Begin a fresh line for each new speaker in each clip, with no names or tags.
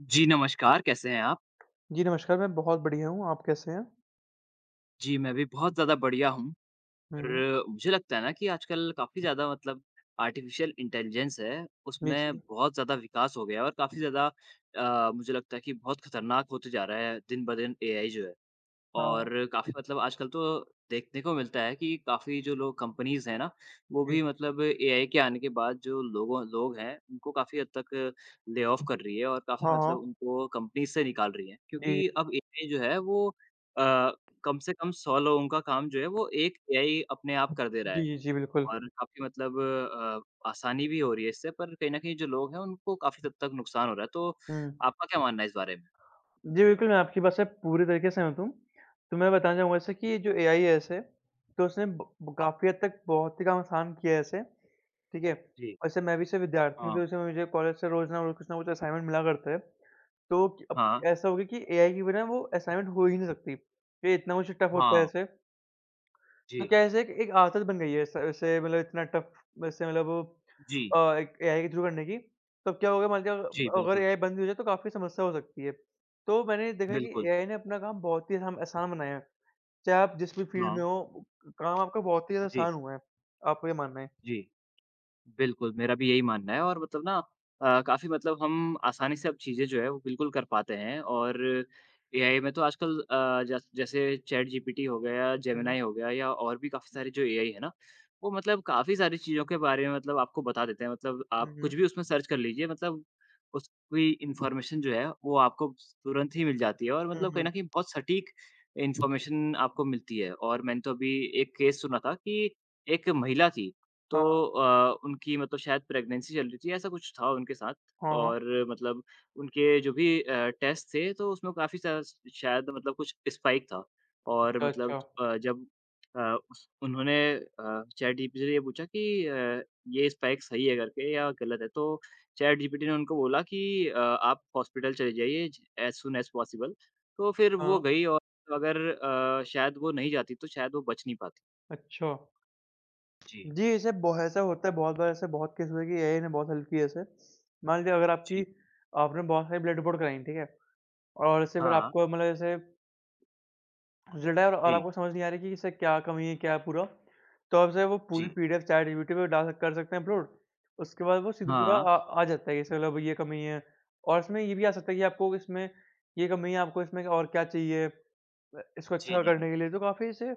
जी, नमस्कार, कैसे हैं आप?
जी, नमस्कार, मैं बहुत बढ़िया हूँ, आप कैसे हैं?
जी, मैं भी बहुत ज़्यादा बढ़िया हूँ।
हुँ, हुँ।
और मुझे लगता है ना कि आजकल काफ़ी ज़्यादा मतलब आर्टिफ़िशियल इंटेलिजेंस है,
जी,
उसमें
जी।
बहुत ज़्यादा विकास हो गया है और काफ़ी ज़्यादा मुझे लगता है कि बहुत खतरनाक होते जा रहा है दिन-ब-दिन एआई जो है।
हाँ,
और काफ़ी मतलब आजकल तो देखने को मिलता है कि काफ़ी जो लोग कंपनीज़ हैं ना, वो
जी।
भी मतलब एआई के आने के बाद जो लोग हैं, उनको काफ़ी हद तक ले ऑफ कर रही है और काफ़ी
हाँ,
मतलब
हाँ।
उनको कंपनी से निकाल रही है।
जी,
क्योंकि अब एआई जो है वो अ, कम से कम 100 लोगों का काम जो है वो एक एआई अपने आप कर दे रहा
जी,
है।
जी, जी, बिल्कुल।
और काफ़ी मतलब आसानी भी हो रही है इससे पर कहीं न कहीं जो लोग हैं उनको काफ़ी हद तक नुकसान हो रहा है। तो
हुँ।
आपका क्या मानना है इस बारे में?
जी, बिल्कुल, मैं आपकी बात से पूरी तरीके से सहमत हूँ। तो मैं बताना चाहूँगा जैसे कि ये जो एआई है ऐसे, तो उसने ब
हाँ।
काफ़ी हद तक बहुत ही काम आसान किया है ऐसे, ठीक है?
जी।
वैसे मैं भी से विद्यार्थी हूँ, तो
हाँ।
जैसे मुझे कॉलेज से रोज़ ना रोज़ कुछ ना कुछ असाइनमेंट मिला करता है। तो क अब
हाँ,
ऐसा हो गया कि एआई के बिना वो असाइनमेंट हो ही नहीं सकती। ये इतना कुछ टफ़ होता है
हाँ।
ऐसे।
जी।
तो क्या ऐसे एक एक आदत बन गई है ऐसा ऐसे मतलब इतना टफ वैसे मतलब वो,
जी,
एक एआई के थ्रू करने की, तब क्या होगा मान लीजिए
जी,
अगर
बिल्कुल,
एआई बंद भी हो जाए तो काफ़ी समस्या हो सकती है। तो मैंने देखा कि
बिल्कुल।
एआई ने अपना काम बहुत ही हम आसान बनाया है, चाहे आप जिस भी फील्ड
हाँ,
में हो, काम आपका बहुत ही ज़्यादा
जी,
आसान हुआ है। आपका क्या मानना है?
जी। बिल्कुल, मेरा भी यही मानना है। और मतलब ना काफ़ी मतलब हम आसानी से अब चीज़ें जो है वो बिल्कुल कर पाते हैं। और एआई में तो आजकल जैसे चैट जीपीटी हो गया,
हुँ,
जेमिनी
हुँ।
हो गया या और भी काफ़ी सारे जो एआई है ना, वो मतलब काफ़ी सारी चीज़ों के बारे में मतलब आपको बता देते हैं। मतलब
हुँ,
आप कुछ
हुँ।
भी उसमें सर्च कर लीजिए, मतलब उसकी इन्फॉर्मेशन जो है वो आपको तुरंत ही मिल जाती है। और
हुँ,
मतलब कहीं
हुँ।
न कहीं बहुत सटीक इन्फॉर्मेशन आपको मिलती है। और मैंने तो अभी एक केस सुना था कि एक महिला थी। तो
हाँ,
उनकी मतलब शायद प्रेगनेंसी चल रही थी, ऐसा कुछ था उनके साथ।
हाँ, हाँ।
और मतलब उनके जो भी टेस्ट थे, तो उसमें काफ़ी सा शायद मतलब कुछ स्पाइक था। और
अच्छा,
मतलब
अच्छा।
अ, जब अ, उस उन्होंने चैटजीपीटी से ये पूछा कि ये स्पाइक सही है करके या गलत है, तो चैटजीपीटी ने उनको बोला कि आप हॉस्पिटल चले जाइए ज एज़ सून एज़ पॉसिबल। तो फिर वो
हाँ,
गई। और अगर शायद वो नहीं जाती, तो शायद वो बच नहीं पाती।
अच्छा।
जी।
जी, ऐसे बहु ऐसा होता है बहुत बार ऐसे बहुत केस हुए कि एआई ने बहुत हेल्प की है ऐसे। मान लीजिए अगर आपकी
जी।
आपने बहुत सारी ब्लड रिपोर्ट कराई, ठीक है? और इससे फिर
हाँ,
आपको मतलब जैसे रिजल्ट आया और
जी,
आपको समझ नहीं आ रही कि इससे क्या कमी है, क्या है पूरा, तो आप जो वो पूरी
जी।
पीडीएफ चैटजीपीटी पे डाल सक कर सकते हैं अपलोड, उसके बाद वो सीधे पूरा
हाँ।
आ आ जाता है, जैसे मतलब ये कमी है और इसमें ये भी आ सकता है कि आपको इसमें ये कमी है, आपको इसमें और क्या चाहिए इसको
जी,
अच्छा
जी,
करने के लिए, तो काफ़ी इसे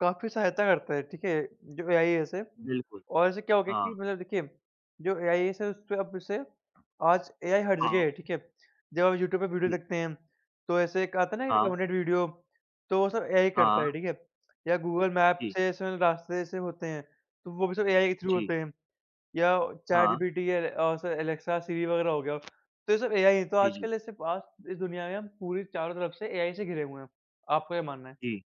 काफ़ी सहायता करता है, ठीक है? जो एआई है ऐसे
बिल्कुल।
और ऐसे क्या हो गया
हाँ,
कि मतलब देखिए, जो एआई से उसपे अब से आज एआई हर जगह
हाँ,
है, ठीक है? जब आप यूट्यूब पे वीडियो
जी,
देखते हैं, तो ऐसे एक आता है ना
हाँ,
रिकमेंडेड वीडियो, तो वो सब एआई करता
हाँ,
है, ठीक है? या गूगल मैप
जी,
से ऐसे मतलब रास्ते ऐसे होते हैं, तो वो भी सब एआई के थ्रू होते
जी,
हैं। या चैट
हाँ,
जीपीटी या और से एलेक्सा, सिरी वगैरह हो गया, तो ये सब एआई है। तो
जी, जी,
आजकल ऐसे आज इस दुनिया में हम पूरी चारों तरफ से एआई से घिरे हुए हैं। आपका क्या मानना है?
जी।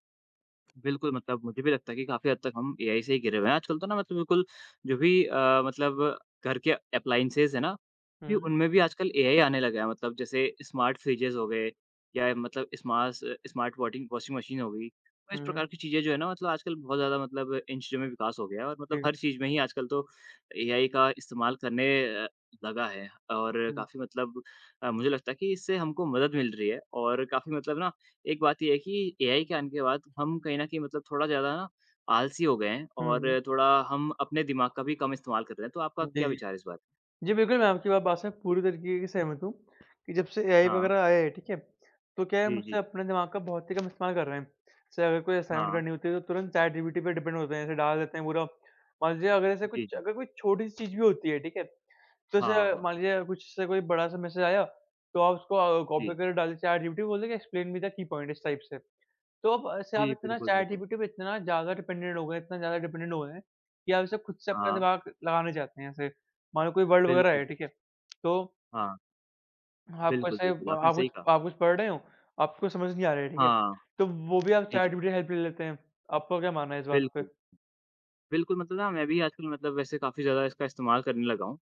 बिल्कुल, मतलब मुझे भी लगता है कि काफ़ी हद तक हम एआई से ही घिरे हुए हैं। आजकल तो ना मतलब बिल्कुल जो भी मतलब घर के एप्लायंसेज़ है ना,
हुँ,
भी
हुँ।
उनमें भी आजकल एआई आने लगा है। मतलब जैसे स्मार्ट फ्रिजेज़ हो गए या मतलब स्मार्स स्मार्ट वॉटिंग वॉशिंग मशीन हो गई। तो इस
हुँ, हुँ।
प्रकार की चीज़ें जो है ना मतलब आजकल बहुत ज़्यादा मतलब इन चीज़ों में विकास हो गया है। और मतलब
जी।
हर चीज़ में ही आजकल तो एआई का इस्तेमाल करने अ, लगा है। और
हुँ,
काफ़ी मतलब मुझे लगता है कि इससे हमको मदद मिल रही है। और काफ़ी मतलब ना एक बात ये है कि एआई के आने के बाद हम कहीं न कहीं मतलब थोड़ा ज़्यादा ना आलसी हो गए हैं
हुँ, हुँ।
और थोड़ा हम अपने दिमाग का भी कम इस्तेमाल कर रहे हैं, तो आपका
जी,
क्या
जी।
विचार है इस बारे में?
जी, बिल्कुल, मैं आपकी बात बात से पूरी तरीके से सहमत हूँ, कि जब से एआई
हाँ।
वगैरह आया है, ठीक है? तो क्या है, हम
जी,
उससे
जी।
अपने दिमाग का बहुत ही कम इस्तेमाल कर रहे हैं। जैसे अगर कोई असाइनमेंट
हाँ।
करनी होती है, तो तुरंत चैटजीपीटी पे डिपेंड होते हैं, ऐसे डाल देते हैं पूरा। मान लीजिए अगर ऐसे
जी,
कुछ
जी।
अगर कोई छोटी-सी चीज़ भी होती है, ठीक है? तो
हाँ, हाँ,
ऐसे
हाँ।
मान लीजिए कुछ से कोई बड़ा-सा मैसेज आया, तो आप उसको कॉपी
जी।
करके डाल दीजिए चैटजीपीटी को बोल दीजिए explain me the key point इस टाइप से। तो अब ऐसे आप
जी,
इतना
बिल्कुल, बिल्कुल।
चैटजीपीटी पे इतना ज़्यादा डिपेंडेंट हो गए हैं कि आप इसे खुद से अपना
हाँ।
दिमाग लगाना चाहते हैं। ऐसे मान लो कोई वर्ड वगैरह
बिल्कुल,
है, ठीक है?
बिल्कुल।
तो
हाँ।
आपको
बिल्कुल,
ऐसे ब
बिल्कुल, आपने सही कहा।
आप कुछ पढ़ रहे हो, आपको समझ नहीं आ रहा है, ठीक है?
हाँ।
तो वो भी आप
जी, जी।
चैटजीपीटी की हेल्प ले लेते हैं। आपका क्या मानना है इस बात पे?
बिल्कुल। बिल्कुल, मतलब ना मैं भी आजकल मतलब वैसे काफ़ी ज़्यादा इसका इस्तेमाल करने लगा हूँ।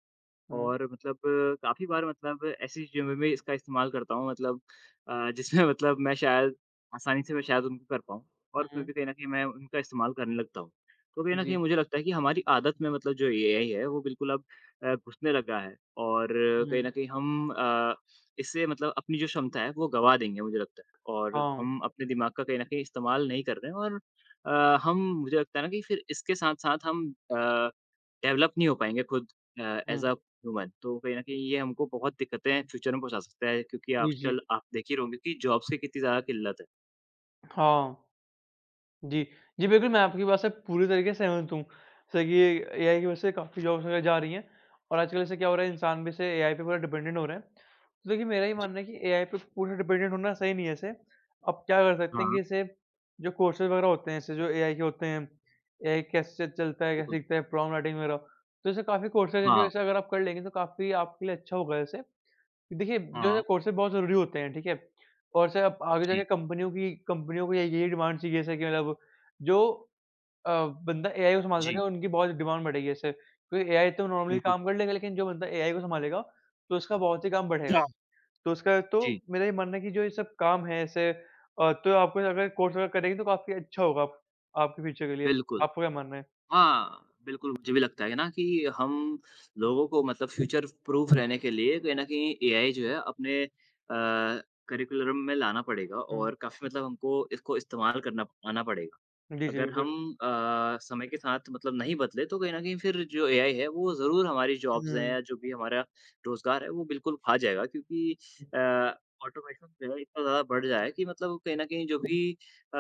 हुँ,
और मतलब काफ़ी बार मतलब ऐसी चीज़ों में भी इसका इस्तेमाल करता हूँ मतलब जिसमें मतलब मैं शायद आसानी से मैं शायद उनको कर पाऊँ।
हुँ,
और फिर
हुँ।
भी कहीं न कहीं मैं उनका इस्तेमाल करने लगता हूँ। तो कहीं न कहीं
जी।
मुझे लगता है कि हमारी आदत में मतलब जो एआई है वो बिल्कुल अब घुसने लगा है। और कहीं
हुँ,
न कहीं हम इससे मतलब अपनी जो क्षमता है वो गँवा देंगे मुझे लगता है। और
हाँ।
हम अपने दिमाग का कहीं न कहीं इस्तेमाल नहीं कर रहे हैं। और हम मुझे लगता है ना कि फिर इसके साथ-साथ हम अ डेवलप नहीं हो पाएँगे खुद अ,
हुँ।
As a human. तो कहीं न कहीं ये हमको बहुत दिक्कतें फ्यूचर में पहुँचा सकता है क्योंकि
जी, जी।
आजकल आप देख ही रहे होंगे कि जॉब्स की कितनी ज़्यादा किल्लत है।
हाँ। जी।
जी,
जी, बिल्कुल, मैं आपकी बात से पूरी तरीके से सहमत हूँ। जैसे कि एआई की वजह से काफ़ी जॉब्स वगैरह जा रही हैं और आजकल ऐसे क्या हो रहा है,
जी,
इंसान भी ऐसे एआई पे पूरा डिपेंडेंट हो रहे हैं। तो देखिए, मेरा ये
जी।
मानना है कि एआई पे पूरा डिपेंडेंट होना सही नहीं है ऐसे। आप क्या कर सकते हैं कि
हाँ,
जैसे जो कोर्सेज़ वगैरह होते हैं, ऐसे जो एआई के होते हैं, एआई कैसे चलता है, कैसे
बिल्कुल।
सीखता है, प्रॉम्प्ट राइटिंग वगैरह, तो ऐसे काफ़ी कोर्सेज़ हैं, जो
हाँ,
ऐसे अगर आप कर लेंगे, तो काफ़ी आपके लिए अच्छा होगा ऐसे। देखिए, जो है
हाँ।
कोर्सेज़ बहुत ज़रूरी होते हैं, ठीक है? और से अब आगे जाके
जी,
कंपनियों को यही यही डिमांड चाहिए जैसे कि मतलब जो अ, बंदा एआई को संभाल सके
जी,
उनकी बहुत डिमांड बढ़ेगी ऐसे। क्योंकि एआई तो नॉर्मली
बिल्कुल।
काम कर लेगा लेकिन जो बंदा एआई को संभालेगा, तो उसका बहुत ही काम बढ़ेगा।
हाँ
तो उसका तो
जी,
मेरा ये मानना है कि जो ये सब काम है ऐसे तो आपको अगर कोर्स वगैरह करेंगे तो काफ़ी अच्छा होगा आप आपके फ्यूचर के लिए।
बिल्कुल।
आपका क्या मानना है?
हाँ, बिल्कुल मुझे भी लगता है ना कि हम लोगों को मतलब फ्यूचर प्रूफ रहने के लिए कहीं न कहीं एआई जो है अपने करिकुलम में लाना पड़ेगा।
हुँ।
और काफ़ी मतलब हमको इसको इस्तेमाल करना आना पड़ेगा।
जी, जी,
अगर हम
बिल्कुल।
समय के साथ मतलब नहीं बदले तो कहीं न कहीं फिर जो एआई है वो ज़रूर हमारी जॉब्स हैं
हुँ।
या जो भी हमारा रोज़गार है वो बिल्कुल खा जाएगा क्योंकि अ, ऑटोमेशन जो है इतना ज़्यादा बढ़ जाए कि मतलब कहीं न कहीं जो भी अ,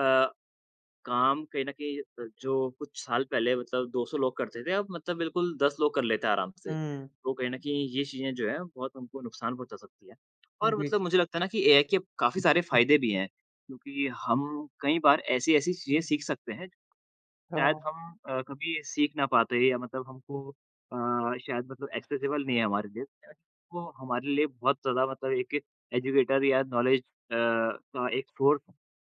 काम कहीं न कहीं जो कुछ साल पहले मतलब 200 लोग करते थे, अब मतलब बिल्कुल 10 लोग कर लेते हैं आराम से।
हुँ।
तो कहीं न कहीं ये चीज़ें जो हैं बहुत हमको नुकसान पहुँचा सकती हैं। और
जी,
मतलब
जी।
मुझे लगता है ना कि एआई के काफ़ी सारे फ़ायदे भी हैं, क्योंकि हम कई बार ऐसी-ऐसी चीज़ें सीख सकते हैं, शायद
हाँ।
हम कभी सीख ना पाते या मतलब हमको शायद मतलब एक्सेसिबल नहीं है हमारे लिए। वो हमारे लिए बहुत ज़्यादा मतलब एक एजुकेटर या नॉलेज का एक सोर्स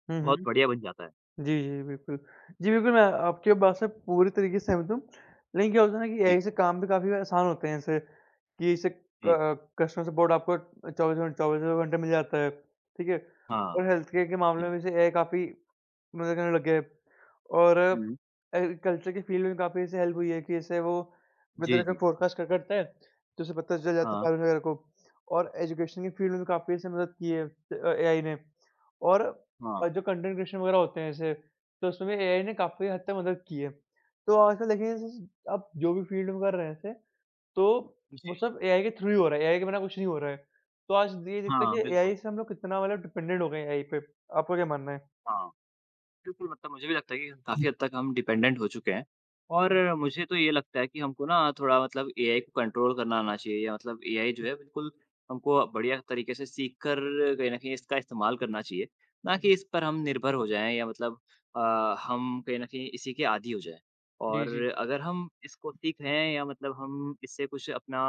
हुँ,
बहुत
हुँ।
बढ़िया बन जाता है।
जी, जी, बिल्कुल। जी, बिल्कुल, मैं आपकी बात से पूरी तरीके से सहमत हूँ। लेकिन क्या होता है ना कि
जी,
एआई से काम भी काफ़ी आसान होते हैं जैसे कि इससे
जी।
क कस्टमर सपोर्ट आपको चौबीसों चौबीसों घंटे मिल जाता है, ठीक है? और
हाँ,
हेल्थ केयर के
जी।
मामले में जैसे एआई काफ़ी मदद करने लग गए हैं। और
हुँ।
एग्रीकल्चर की फील्ड में काफ़ी ऐसे हेल्प हुई है कि इससे वो
जी,
वेदर का
जी।
फोरकास्ट कर करते हैं, तो उसे पता चल जाता है
हाँ,
फार्मर वगैरह को। और एजुकेशन की फील्ड में काफ़ी ऐसे मदद की है एआई ने। और
हाँ।
जो कंटेंट क्रिएशन वगैरह होते हैं ऐसे, तो उसमें भी एआई ने काफ़ी हद तक मदद की है। तो आजकल देखिए स आप जो भी फील्ड में कर रहे हैं ऐसे, तो वो
जी।
सब एआई के थ्रू ही हो रहा है, एआई के बिना कुछ नहीं हो रहा है। तो आज ये दिखता है कि
हाँ, बिल्कुल।
एआई से हम लोग कितना मतलब डिपेंडेंट हो गए हैं एआई पे। आपका क्या मानना
हाँ, बिल्कुल, मतलब मुझे भी लगता है कि काफ़ी हद तक हम डिपेंडेंट हो चुके हैं। और मुझे तो ये लगता है कि हमको ना थोड़ा मतलब एआई को कंट्रोल करना आना चाहिए या मतलब एआई जो है बिल्कुल हमको बढ़िया तरीके से सीख कर कहीं न कहीं इसका इस्तेमाल करना चाहिए। ना
है?
कि इस पर हम निर्भर हो जाएँ या मतलब अ, हम कहीं न कहीं इसी के आदी हो जाएँ।
जी,
और
जी।
अगर हम इसको सीख रहे हैं या मतलब हम इससे कुछ अपना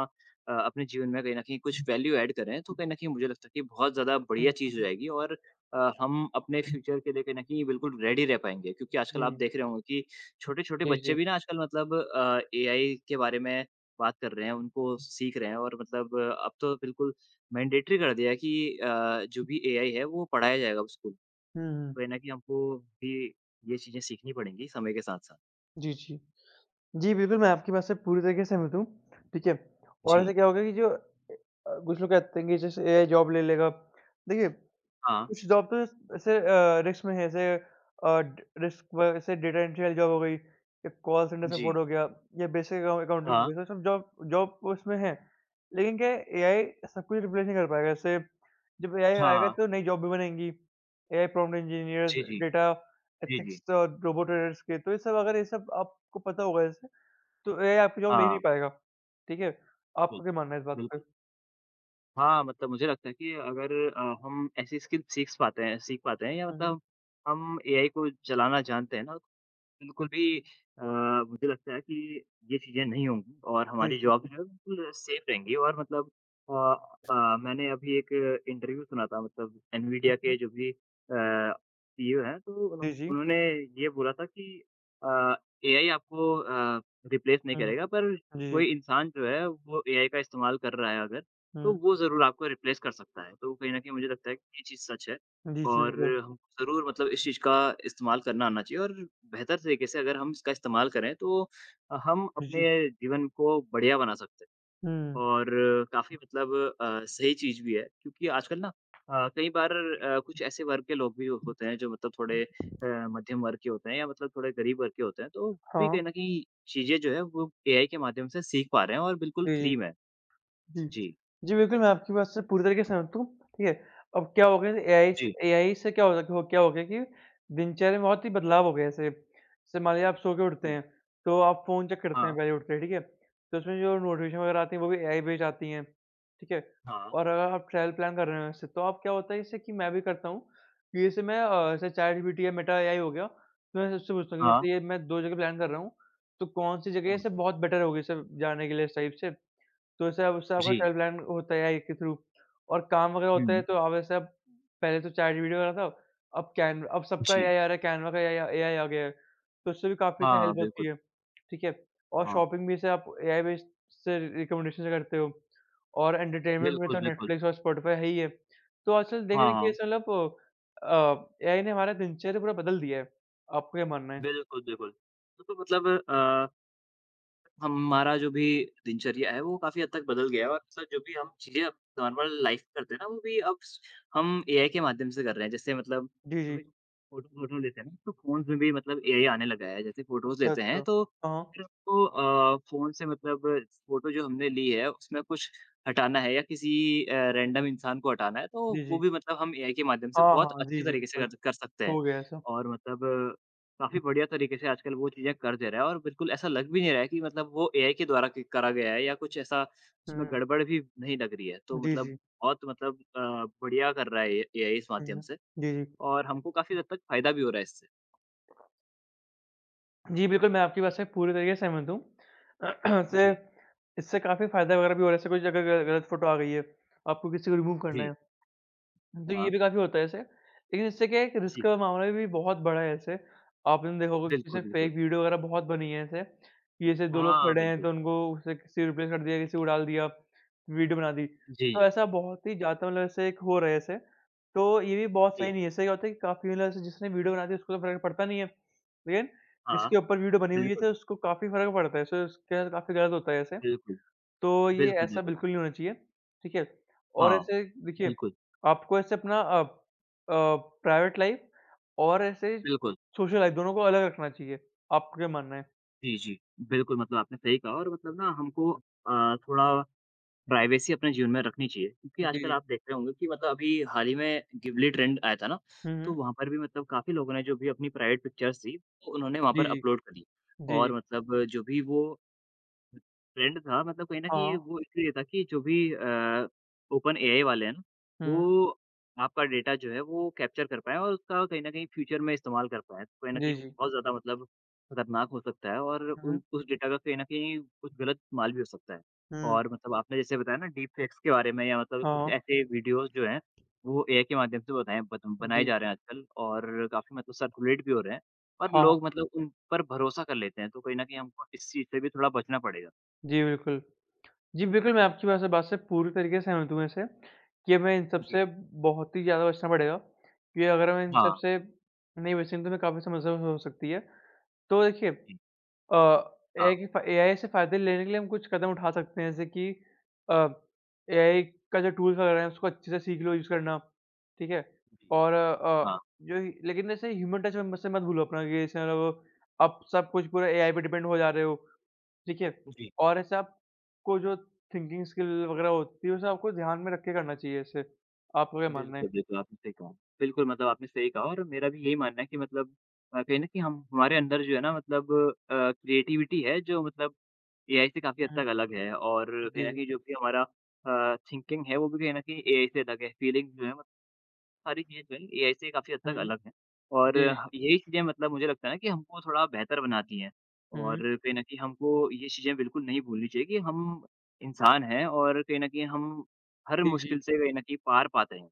अपने जीवन में कहीं न कहीं कुछ वैल्यू ऐड करें, तो कहीं न कहीं मुझे लगता है कि बहुत ज़्यादा बढ़िया
हुँ,
चीज़ हो जाएगी। और हम अपने फ्यूचर के लिए कहीं न कहीं बिल्कुल रेडी रह पाएँगे। क्योंकि आजकल आप
हुँ।
देख रहे होंगे कि छोटे-छोटे
जी,
बच्चे
जी।
भी ना आजकल मतलब एआई के बारे में बात कर रहे हैं, उनको सीख रहे हैं। और मतलब अब तो बिल्कुल मैंडेटरी कर दिया है कि जो भी एआई है वो पढ़ाया जाएगा स्कूल।
हुँ, हुँ।
कहीं न कहीं हमको भी ये चीज़ें सीखनी पड़ेंगी समय के साथ-साथ।
जी, जी। जी, बिल्कुल, मैं आपकी बात से पूरी तरीके से सहमत हूँ, ठीक है? और
जी।
ऐसे क्या होगा कि जो कुछ लोग कहते हैं कि जैसे एआई जॉब ले लेगा, देखिए
हाँ।
कुछ जॉब तो ऐसे रिस्क में है ऐसे ड रिस्क व ऐसे डेटा एंट्री वाली जॉब हो गई, या कॉल सेंटर
जी।
सपोर्ट हो गया या बेसिक अकाउंटिंग हो
हाँ।
गई, तो सब जॉब जॉब तो उसमें है। लेकिन क्या है एआई सब कुछ रिप्लेस नहीं कर पाएगा ऐसे जब एआई
हाँ,
आएगा
हाँ।
तो नई जॉब भी बनेंगी। एआई प्रॉम्प्ट इंजीनियर्स,
जी, जी।
डेटा
जी, जी।
एथिक्स और रोबोट ट्रेडर्स के तो ये सब अगर ये सब आपको पता होगा ऐसे तो एआई आपकी जॉब ले ही नहीं
हाँ,
पाएगा। ठीक है?
बिल
आपका क्या मानना है इस बात पे?
बिल्कुल। हाँ, मतलब मुझे लगता है कि अगर हम ऐसी स्किल सीख पाते हैं या
हुँ, हुँ।
मतलब हम एआई को चलाना जानते हैं ना बिल्कुल भी अ, मुझे लगता है कि ये चीज़ें नहीं होंगी और
जी,
हमारी
जी।
जॉब जो है बिल्कुल सेफ रहेंगी। और मतलब अ मैंने अभी एक इंटरव्यू सुना था मतलब
हुँ,
एनवीडिया के
हुँ।
जो भी सीईओ हैं तो
जी, जी।
उन्होंने ये बोला था कि अ, एआई आपको रिप्लेस नहीं
हुँ, हुँ।
करेगा पर
जी,
कोई
जी।
इंसान जो है वो एआई का इस्तेमाल कर रहा है अगर तो
हुँ।
वो ज़रूर आपको रिप्लेस कर सकता है। तो कहीं न कहीं मुझे लगता है कि ये चीज़ सच है।
जी, जी,
और
बिल्कुल।
हमको ज़रूर मतलब इस चीज़ का इस्तेमाल करना आना चाहिए। और बेहतर तरीके से अगर हम इसका इस्तेमाल करें तो हम
जी, जी।
अपने जीवन को बढ़िया बना सकते हैं।
हुँ,
और काफ़ी मतलब सही चीज़ भी है क्योंकि आजकल ना कई बार कुछ ऐसे वर्ग के लोग भी होते हैं जो मतलब थोड़े मध्यम वर्ग के होते हैं या मतलब थोड़े गरीब वर्ग के होते हैं तो भी
हाँ।
कहीं न कहीं चीज़ें जो है वो एआई के माध्यम से सीख पा रहे हैं और बिल्कुल
जी, जी।
फ्री में।
जी।
जी।
जी, बिल्कुल, मैं आपकी बात से पूरी तरीके से सहमत हूँ, ठीक है? अब क्या हो गया
जी,
एआई से क्या हो रखा हो क्या हो गया कि दिनचर्या में बहुत ही बदलाव हो गया है। जैसे जैसे मान लीजिए आप सो के उठते
जी।
हैं, तो आप फ़ोन चेक करते हैं
हाँ,
पहले उठ के, ठीक है? तो उसमें जो नोटिफ़िकेशन वगैरह आती हैं, वो भी एआई बेस्ड आती हैं, ठीक है?
हाँ,
और अगर आप ट्रैवल प्लान कर रहे हैं इससे, तो आप क्या होता है इससे कि मैं भी करता हूँ कि जैसे मैं जैसे चैटजीपीटी या मेटा एआई हो गया, तो मैं उससे पूछता हूँ कि
हाँ।
जैसे ये मैं 2 जगह प्लान कर रहा हूँ, तो कौन-सी जगह
हुँ।
से बहुत बेटर होगी सब जाने के लिए इस टाइप से? तो इससे अब उससे आपका
जी।
ट्रैवल प्लान होता है एआई के थ्रू और काम वगैरह होता है
हुँ,
तो अब वैसे अब पहले तो चैटजीपीटी वगैरह था, अब कैन अब सबका
जी।
एआई आ रहा है, कैनवा का एआई एआई आ गया है, तो उससे भी काफ़ी सी
हाँ,
हेल्प होती
बिल्कुल।
है, ठीक है? और
हाँ।
शॉपिंग भी से आप एआई बेस्ड से रिकमेंडेशन से करते हो और एंटरटेनमेंट में
बिल्कुल,
तो
बिल्कुल।
नेटफ्लिक्स और स्पॉटिफ़ाई है ही है। तो आजकल देख रहे
हाँ,
हैं कि
हाँ।
ऐसा मतलब एआई ने हमारा दिनचर्या पूरा बदल दिया है। आपका क्या मानना है?
बिल्कुल, बिल्कुल। तो मतलब हमारा जो भी दिनचर्या है वो काफ़ी हद तक बदल गया है। और सर जो भी हम चीज़ें अब नॉर्मल लाइफ़ में करते हैं ना वो भी अब स हम एआई के माध्यम से कर रहे हैं। जैसे मतलब
जी, जी।
कभी फ़ोटो वोटो लेते हैं ना तो फ़ोन्स में भी मतलब एआई आने लगा है। जैसे फ़ोटोज़
अच्छा,
लेते
अच्छा।
हैं तो
हाँ, हाँ।
फिर उसको फ़ोन से मतलब फ़ोटो जो हमने ली है उसमें कुछ हटाना है या किसी रैंडम इंसान को हटाना है तो
जी,
वो
जी।
भी मतलब हम एआई के माध्यम से
हाँ,
बहुत
हाँ। जी,
अच्छे
जी,
तरीके से
बिल्कुल।
कर कर सकते हैं।
हो गया ऐसा।
और मतलब काफ़ी बढ़िया तरीके से आजकल वो चीज़ें कर दे रहा है और बिल्कुल ऐसा लग भी नहीं रहा है कि मतलब वो एआई के द्वारा कि करा गया है या कुछ ऐसा उसमें
हुँ।
गड़बड़ भी नहीं लग रही है। तो
जी,
मतलब
जी।
बहुत मतलब बढ़िया कर रहा है ये एआई इस
हुँ,
माध्यम
हुँ।
से।
जी, जी।
और हमको काफ़ी हद तक फ़ायदा भी हो रहा है इससे।
जी, बिल्कुल मैं आपकी बात से पूरी तरीके से सहमत हूँ। से
जी,
इससे काफ़ी फ़ायदा वगैरह भी हो रहा है, जैसे कोई अगर ग गलत फ़ोटो आ गई है, आपको किसी को रिमूव करना
जी,
है, तो ये
हाँ,
भी काफ़ी होता है ऐसे। लेकिन इससे क्या है कि रिस्क
जी,
का मामला भी बहुत बड़ा है ऐसे। आपने देखा होगा कि जैसे
बिल्कुल,
फेक
बिल्कुल।
वीडियो वगैरह बहुत बनी है ऐसे, कि जैसे 2 लोग
हाँ,
खड़े हैं तो
बिल्कुल।
उनको उसे किसी रिप्लेस कर दिया, किसी को डाल दिया, वीडियो बना दी।
जी,
तो
जी,
ऐसा बहुत ही ज़्यादा मतलब ऐसे एक हो रहा है ऐसे। तो ये भी बहुत सही
जी
नहीं है, इससे क्या होता है कि काफ़ी मतलब ऐसे जिसने वीडियो बना दी उसको तो फ़र्क पड़ता नहीं है। लेकिन
हाँ,
जिसके ऊपर वीडियो बनी हुई है
बिल्कुल,
तो उसको काफ़ी फ़र्क पड़ता है, सो इसके साथ काफ़ी गलत होता है ऐसे।
बिल्कुल,
तो ये
बिल्कुल,
ऐसा
बिल्कुल।
बिल्कुल नहीं होना चाहिए, ठीक है? और
हाँ,
ऐसे देखिए,
बिल्कुल,
आपको ऐसे अपना प्राइवेट लाइफ़ और ऐसे
बिल्कुल।
सोशल लाइफ़ दोनों को अलग रखना चाहिए, आपको क्या मानना है?
जी, जी, बिल्कुल मतलब आपने सही कहा। और मतलब ना हमको
हुँ।
थोड़ा प्राइवेसी अपने जीवन में रखनी चाहिए, क्योंकि
जी,
आजकल
जी।
आप देख रहे होंगे कि मतलब अभी हाल ही में गिबली ट्रेंड आया था ना,
हुँ,
तो
हुँ।
वहाँ पर भी मतलब काफ़ी लोगों ने जो भी अपनी प्राइवेट पिक्चर्स थी, वो उन्होंने वहाँ
जी,
पर
जी।
अपलोड करी।
जी, जी।
और मतलब जो भी वो ट्रेंड था मतलब कहीं न
हाँ,
कहीं
हाँ।
वो इसलिए था कि जो भी ओपन एआई वाले हैं ना,
हुँ, हुँ।
वो आपका डेटा जो है वो कैप्चर कर पाएँ और उसका कहीं न कहीं फ्यूचर में इस्तेमाल कर पाएँ। तो कहीं न कहीं
जी, जी।
बहुत ज़्यादा मतलब खतरनाक हो सकता है और
हुँ, हुँ।
उन उस डेटा का कहीं न कहीं कुछ गलत इस्तेमाल भी हो सकता है।
हुँ।
और मतलब आपने जैसे बताया ना डीप फेक्स के बारे में या मतलब
हाँ,
कुछ
हाँ।
ऐसे वीडियोज़ जो हैं, वो एआई के माध्यम से बताएँ बत बनाए
जी।
जा रहे हैं आजकल। और काफ़ी मतलब सर्कुलेट भी हो रहे हैं और
हाँ, हाँ।
लोग मतलब उन पर भरोसा कर लेते हैं। तो कहीं न कहीं हमको इस चीज़ से भी थोड़ा बचना पड़ेगा।
जी, बिल्कुल। जी, बिल्कुल, मैं आपकी बात से पूरी तरीके से सहमत हूँ ऐसे, कि हमें इन सब
जी।
से बहुत ही ज़्यादा बचना पड़ेगा, कि अगर हम इन सब
हाँ,
से नहीं बचेंगे तो हमें काफ़ी समस्या हो सकती है। तो देखिए
जी,
अ,
हाँ,
एआई से फ़ायदे लेने के लिए हम कुछ कदम उठा सकते हैं जैसे कि अ, एआई का जो टूल्स वगैरह है उसको अच्छे से सीख लो यूज़ करना, ठीक है?
जी,
और
हाँ,
लेकिन ऐसे ह्यूमन टच में से मत भूलो अपना कि जैसे मतलब आप सब कुछ पूरा एआई पे डिपेंड हो जा रहे हो। ठीक है?
जी।
और ऐसे आपको जो थिंकिंग स्किल वगैरह होती है, उसे आपको ध्यान में रख के करना चाहिए ऐसे, आपका क्या मानना है?
बिल्कुल, बिल्कुल, आपने सही कहा। बिल्कुल, मतलब आपने सही कहा और मेरा भी यही मानना है कि मतलब कहीं न कहीं हम हमारे अंदर जो है ना मतलब क्रिएटिविटी है जो मतलब एआई से काफ़ी
हुँ,
हद तक
हुँ।
अलग है। और
जी,
कहीं न
जी।
कहीं जो भी हमारा थिंकिंग है वो भी कहीं न कहीं एआई से अलग है। फीलिंग जो है सारी चीज़ें जो हैं एआई से काफ़ी हद
हुँ,
तक
हुँ।
अलग हैं। और
जी,
यही चीज़ें मतलब मुझे लगता है ना कि हमको थोड़ा बेहतर बनाती हैं।
हुँ, हुँ।
और कहीं न कहीं हमको ये चीज़ें बिल्कुल नहीं भूलनी चाहिए कि हम इंसान हैं और कहीं न कहीं हम हर
जी,
मुश्किल
जी।
से कहीं न कहीं पार पाते हैं।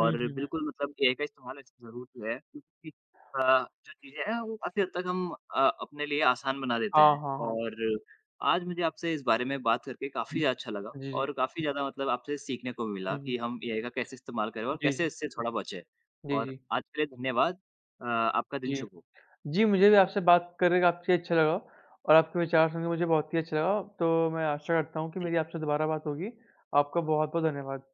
हुँ, हुँ, हुँ।
बिल्कुल मतलब एआई का इस्तेमाल ऐसे ज़रूर किया है क्योंकि जो चीज़ें हैं वो काफ़ी हद तक हम अपने लिए आसान बना देते
हाँ,
हैं।
हाँ, हाँ।
और आज मुझे आपसे इस बारे में बात करके काफ़ी अच्छा लगा।
जी, जी।
और काफ़ी ज़्यादा मतलब आपसे सीखने को मिला
हुँ, हुँ।
कि हम एआई का कैसे इस्तेमाल करें और
जी,
कैसे
जी।
इससे थोड़ा बचें।
जी,
और
जी।
आज के लिए धन्यवाद। आपका दिन
जी। जी।
शुभ हो।
जी, मुझे भी आपसे बात करके काफ़ी अच्छा लगा और आपके विचार सुन के मुझे बहुत ही अच्छा लगा। तो मैं आशा करता हूँ कि
जी।
मेरी आपसे दोबारा बात होगी। आपका बहुत-बहुत धन्यवाद।